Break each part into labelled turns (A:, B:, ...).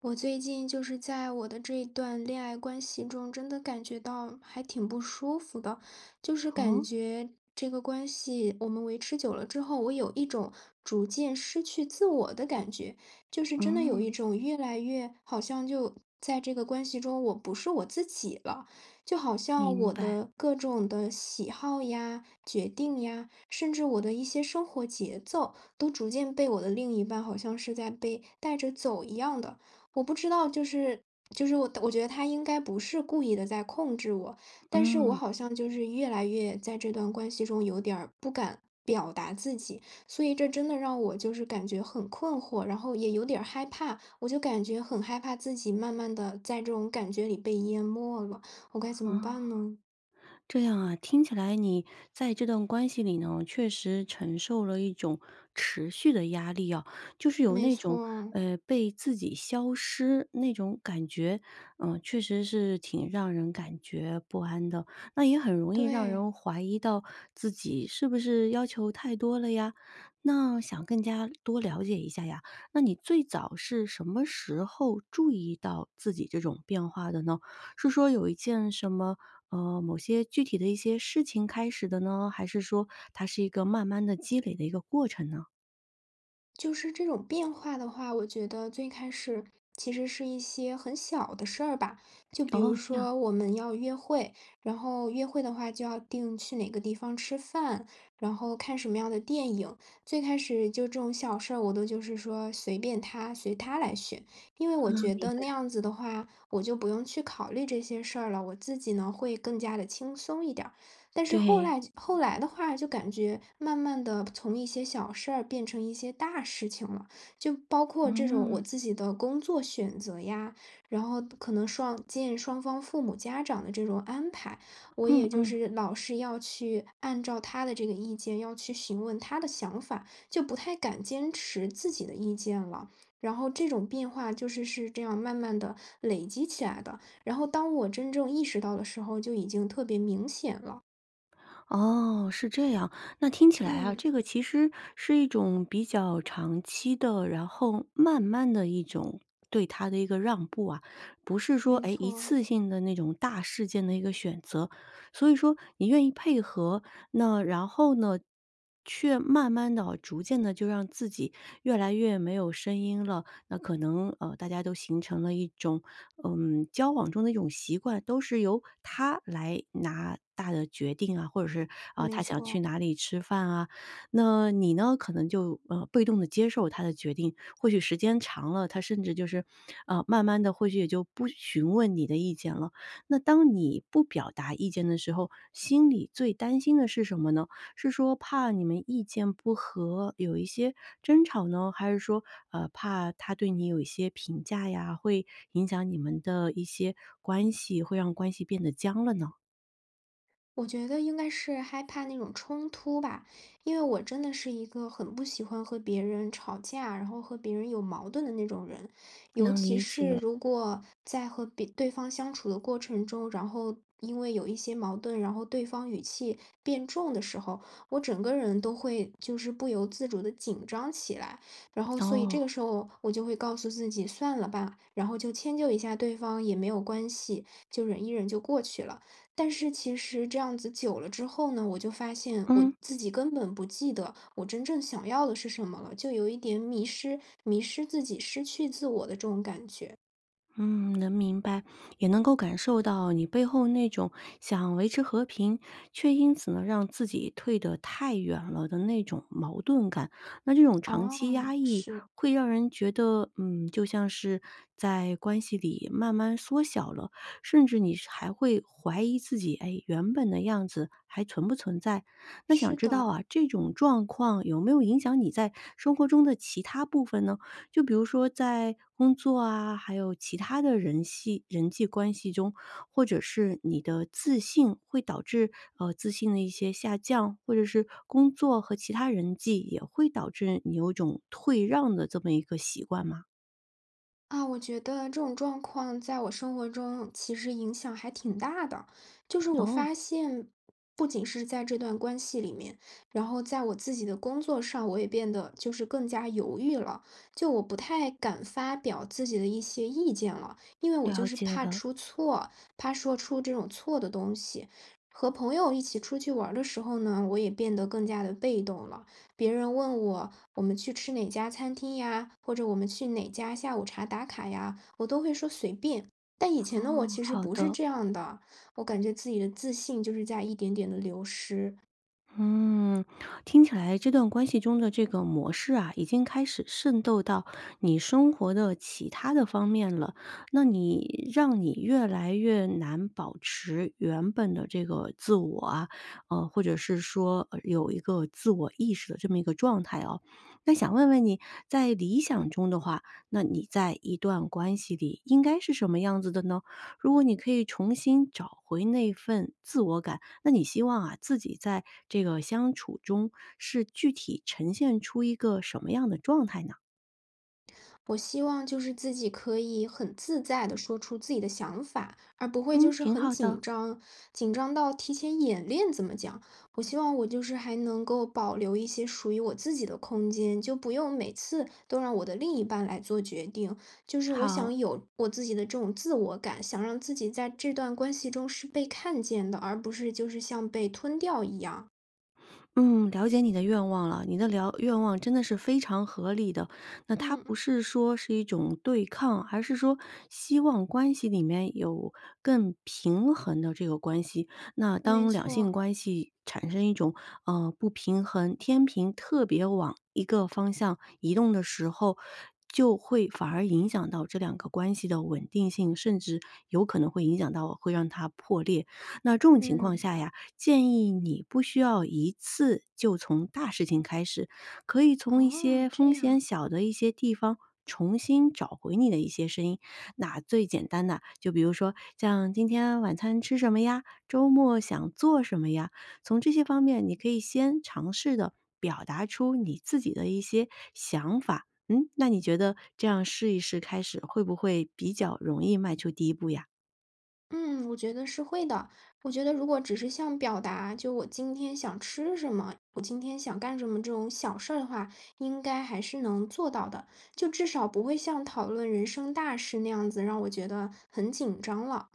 A: 我最近就是在我的这一段恋爱关系中，真的感觉到还挺不舒服的，就是感
B: 哦，
A: 觉这个关系我们维持久了之后，我有一种逐渐失去自我的感觉，就是真的有一
B: 嗯，
A: 种越来越好像就在这个关系中，我不是我自己了，就好像
B: 明
A: 我
B: 白，
A: 的各种的喜好呀、决定呀，甚至我的一些生活节奏，都逐渐被我的另一半好像是在被带着走一样的。我不知道，就是我觉得他应该不是故意的在控制我，但是我
B: 嗯，
A: 好像就是越来越在这段关系中有点儿不敢表达自己，所以这真的让我就是感觉很困惑，然后也有点儿害怕，我就感觉很害怕自己慢慢的在这种感觉里被淹没了，我该怎么
B: 好。
A: 办呢？
B: 这样啊，听起来你在这段关系里呢，确实承受了一种持续的压力啊，就是有
A: 没
B: 那
A: 错
B: 种
A: 儿，
B: 被自己消失那种感觉，确实是挺让人感觉不安的。那也很容易让
A: 对。
B: 人怀疑到自己是不是要求太多了呀？那想更加多了解一下呀，那你最早是什么时候注意到自己这种变化的呢？是说有一件什么某些具体的一些事情开始的呢？还是说它是一个慢慢的积累的一个过程呢？
A: 就是这种变化的话，我觉得最开始其实是一些很小的事儿吧，就比如
B: 哦，这样。
A: 说我们要约会，然后约会的话就要定去哪个地方吃饭，然后看什么样的电影。最开始就这种小事儿，我都就是说随便他，随他来选，因为我觉得那样子的话，我就不用去考虑这些事儿了，我自己呢会更加的轻松一点儿。但是后
B: 对。
A: 来后来的话，就感觉慢慢的从一些小事儿变成一些大事情了，就包括这种我
B: 嗯，
A: 自己的工作选择呀，然后可能双方父母家长的这种安排，我
B: 嗯
A: 也就
B: 嗯。
A: 是老是要去按照他的这个意见，要去询问他的想法，就不太敢坚持自己的意见了。然后这种变化就是是这样慢慢的累积起来的，然后当我真正意识到的时候，就已经特别明显了。
B: 哦，是这样。那听起来啊，
A: 嗯，
B: 这个其实是一种比较长期的，然后慢慢的一种对他的一个让步啊，不是说
A: 没
B: 哎一
A: 错，
B: 次性的那种大事件的一个选择。所以说你愿意配合，那然后呢，却慢慢的、逐渐的就让自己越来越没有声音了。那可能大家都形成了一种交往中的一种习惯，都是由他来拿大的决定啊，或者是啊，
A: 没
B: 他想
A: 错。
B: 去哪里吃饭啊，那你呢，可能就被动的接受他的决定，或许时间长了，他甚至就是，慢慢的或许也就不询问你的意见了。那当你不表达意见的时候，心里最担心的是什么呢？是说怕你们意见不合，有一些争吵呢？还是说，怕他对你有一些评价呀，会影响你们的一些关系，会让关系变得僵了呢？
A: 我觉得应该是害怕那种冲突吧，因为我真的是一个很不喜欢和别人吵架，然后和别人有矛盾的那种人，尤
B: 能
A: 其
B: 理
A: 是
B: 解。
A: 如果在和别对方相处的过程中，然后因为有一些矛盾，然后对方语气变重的时候，我整个人都会就是不由自主的紧张起来，然后所以
B: 哦，
A: 这个时候我就会告诉自己算了吧，然后就迁就一下对方也没有关系，就忍一忍就过去了。但是其实这样子久了之后呢，我就发现我
B: 嗯。
A: 自己根本不记得我真正想要的是什么了，就有一点迷失迷失自己、失去自我的这种感觉。
B: 嗯，能明白，也能够感受到你背后那种想维持和平，却因此呢让自己退得太远了的那种矛盾感。那这种长
A: 哦，
B: 期压抑
A: 是，
B: 会让人觉得，就像是在关系里慢慢缩小了，甚至你是还会怀疑自己，哎，原本的样子还存不存在？那想
A: 是
B: 知道
A: 的。
B: 啊，这种状况有没有影响你在生活中的其他部分呢？就比如说在工作啊，还有其他的人际关系中，或者是你的自信会导致自信的一些下降，或者是工作和其他人际也会导致你有一种退让的这么一个习惯吗？
A: 啊，我觉得这种状况在我生活中其实影响还挺大的。就是我
B: 哦，
A: 发现，不仅是在这段关系里面，然后在我自己的工作上，我也变得就是更加犹豫了。就我不太敢发表自己的一些意见了，因为我就
B: 了
A: 是
B: 解
A: 怕
B: 了。
A: 出错，怕说出这种错的东西。和朋友一起出去玩儿的时候呢，我也变得更加的被动了。别人问我我们去吃哪家餐厅呀，或者我们去哪家下午茶打卡呀，我都会说随便。但以前的我
B: 哦，
A: 其实
B: 好
A: 不是
B: 的，
A: 这样的，我感觉自己的自信就是在一点点的流失。
B: 嗯，听起来这段关系中的这个模式啊，已经开始渗透到你生活的其他的方面了。那让你越来越难保持原本的这个自我啊，或者是说有一个自我意识的这么一个状态哦。那想问问你，在理想中的话，那你在一段关系里应该是什么样子的呢？如果你可以重新找回那份自我感。那你希望啊，自己在这个相处中是具体呈现出一个什么样的状态呢？
A: 我希望就是自己可以很自在的说出自己的想法，而不会就
B: 嗯，
A: 是
B: 挺
A: 很
B: 好的，
A: 紧张，紧张到提前演练怎么讲。我希望我就是还能够保留一些属于我自己的空间，就不用每次都让我的另一半来做决定。就是我
B: 好。
A: 想有我自己的这种自我感，想让自己在这段关系中是被看见的，而不是就是像被吞掉一样。
B: 嗯，了解你的愿望了，你的了愿望真的是非常合理的。那它
A: 嗯，
B: 不是说是一种对抗，而是说希望关系里面有更平衡的这个关系。那
A: 没
B: 当两性
A: 错，
B: 关系产生一种不平衡，天平特别往一个方向移动的时候，就会反而影响到这两个关系的稳定性，甚至有可能会影响到会让它破裂。那这种情况
A: 嗯，
B: 下呀。建议你不需要一次就从大事情开始，可以从一些
A: 哦，这
B: 风
A: 样。
B: 险小的一些地方重新找回你的一些声音。那最简单的，就比如说像今天晚餐吃什么呀，周末想做什么呀，从这些方面你可以先尝试的表达出你自己的一些想法。嗯，那你觉得这样试一试开始，会不会比较容易迈出第一步呀？
A: 嗯，我觉得是会的。我觉得如果只是像表达，就我今天想吃什么，我今天想干什么这种小事儿的话，应该还是能做到的。就至少不会像讨论人生大事那样子，让我觉得很紧张了。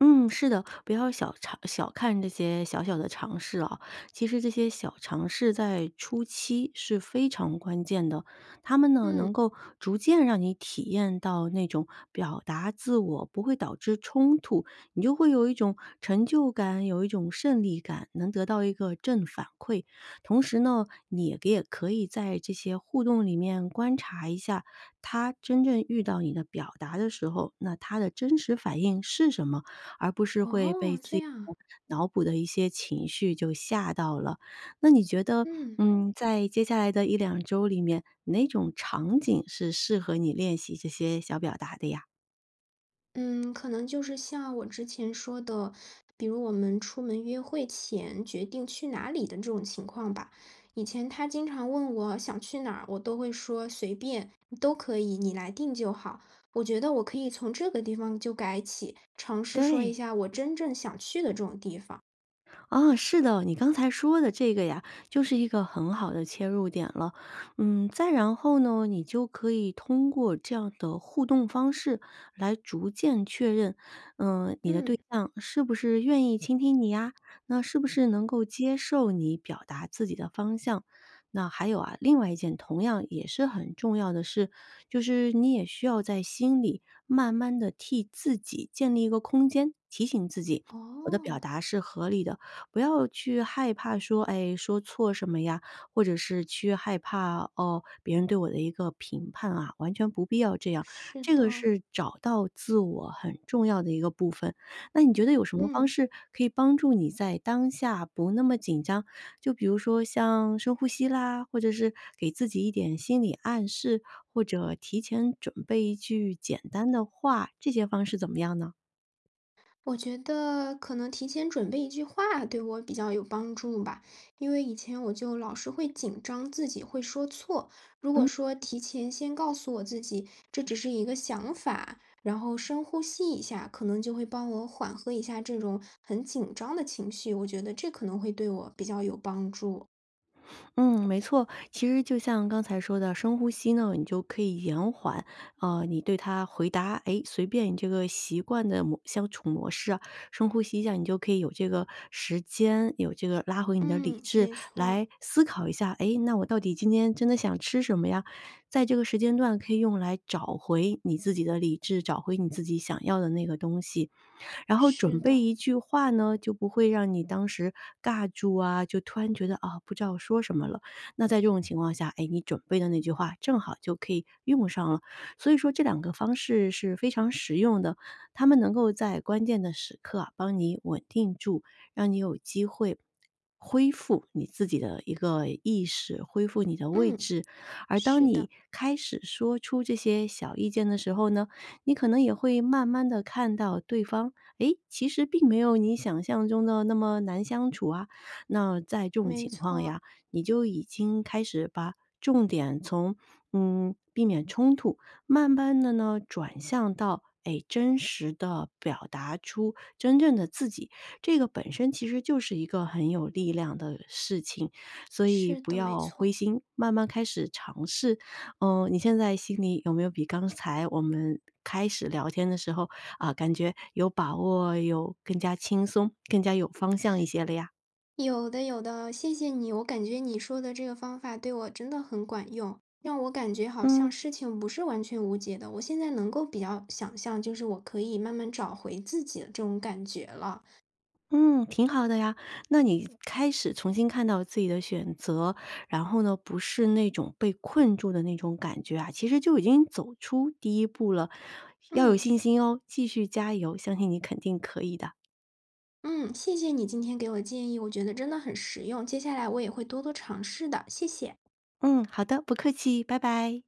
B: 嗯，是的，不要小看这些小小的尝试啊。其实这些小尝试在初期是非常关键的，他们呢能
A: 嗯，
B: 够逐渐让你体验到那种表达自我不会导致冲突，你就会有一种成就感，有一种胜利感，能得到一个正反馈。同时呢，你也可以在这些互动里面观察一下，他真正遇到你的表达的时候，那他的真实反应是什么？而不是会被
A: 哦，
B: 自己
A: 这
B: 的
A: 样，
B: 脑补的一些情绪就吓到了。那你觉得，
A: 嗯。
B: 在接下来的一两周里面，哪种场景是适合你练习这些小表达的呀？
A: 嗯，可能就是像我之前说的，比如我们出门约会前决定去哪里的这种情况吧。以前他经常问我想去哪儿，我都会说随便，都可以，你来定就好。我觉得我可以从这个地方就改起，尝试说一
B: 对。
A: 下我真正想去的这种地方。
B: 啊，是的，你刚才说的这个呀，就是一个很好的切入点了。再然后呢，你就可以通过这样的互动方式来逐渐确认，你的对
A: 嗯，
B: 象是不是愿意倾听你呀？那是不是能够接受你表达自己的方向？那还有啊，另外一件同样也是很重要的事，就是你也需要在心里慢慢的替自己建立一个空间，提醒自己，我的表
A: 哦，
B: 达是合理的。不要去害怕说，哎，说错什么呀，或者是去害怕哦，别人对我的一个评判啊，完全不必要这样。
A: 是
B: 这个
A: 的，
B: 是找到自我很重要的一个部分。那你觉得有什么方
A: 嗯。
B: 式可以帮助你在当下不那么紧张？就比如说像深呼吸啦，或者是给自己一点心理暗示，或者提前准备一句简单的话，这些方式怎么样呢？
A: 我觉得可能提前准备一句话对我比较有帮助吧，因为以前我就老是会紧张自己会说错。如果
B: 嗯。
A: 说提前先告诉我自己这只是一个想法，然后深呼吸一下，可能就会帮我缓和一下这种很紧张的情绪，我觉得这可能会对我比较有帮助。
B: 嗯，没错。其实就像刚才说的，深呼吸呢，你就可以延缓，你对他回答，哎，随便你这个习惯的相处模式啊，深呼吸一下，你就可以有这个时间，有这个拉回你的理
A: 嗯，
B: 智，
A: 没错，
B: 来思考一下，哎，那我到底今天真的想吃什么呀？在这个时间段可以用来找回你自己的理智，找回你自己想要的那个东西。然后
A: 是
B: 准
A: 的，
B: 备一句话呢，就不会让你当时尬住啊，就突然觉得啊，不知道说什么了。那在这种情况下，哎，你准备的那句话正好就可以用上了。所以说这两个方式是非常实用的，他们能够在关键的时刻啊，帮你稳定住，让你有机会恢复你自己的一个意识，恢复你的位
A: 嗯，
B: 置。而当
A: 是的，
B: 你开始说出这些小意见的时候呢，你可能也会慢慢的看到对方诶，其实并没有你想象中的那么难相处啊。那在这种
A: 没
B: 情况
A: 错，
B: 呀，你就已经开始把重点从避免冲突，慢慢的呢转向到诶真实的表达出真正的自己，这个本身其实就是一个很有力量的事情，所以
A: 是
B: 不
A: 的，没
B: 要灰
A: 错。
B: 心，慢慢开始尝试。你现在心里有没有比刚才我们开始聊天的时候啊，感觉有把握，有更加轻松，更加有方向一些了呀。
A: 有的，有的，谢谢你，我感觉你说的这个方法对我真的很管用，让我感觉好像
B: 嗯。
A: 事情不是完全无解的。我现在能够比较想象，就是我可以慢慢找回自己的这种感觉了。
B: 嗯，挺好的呀。那你开始重新看到自己的选择，然后呢，不是那种被困住的那种感觉啊，其实就已经走出第一步了。要有
A: 嗯
B: 信心哦，继续加油，相信你肯定可以的。
A: 嗯，谢谢你今天给我建议，我觉得真的很实用，接下来我也会多多尝试的，谢谢。
B: 嗯，好的，不客气，拜拜。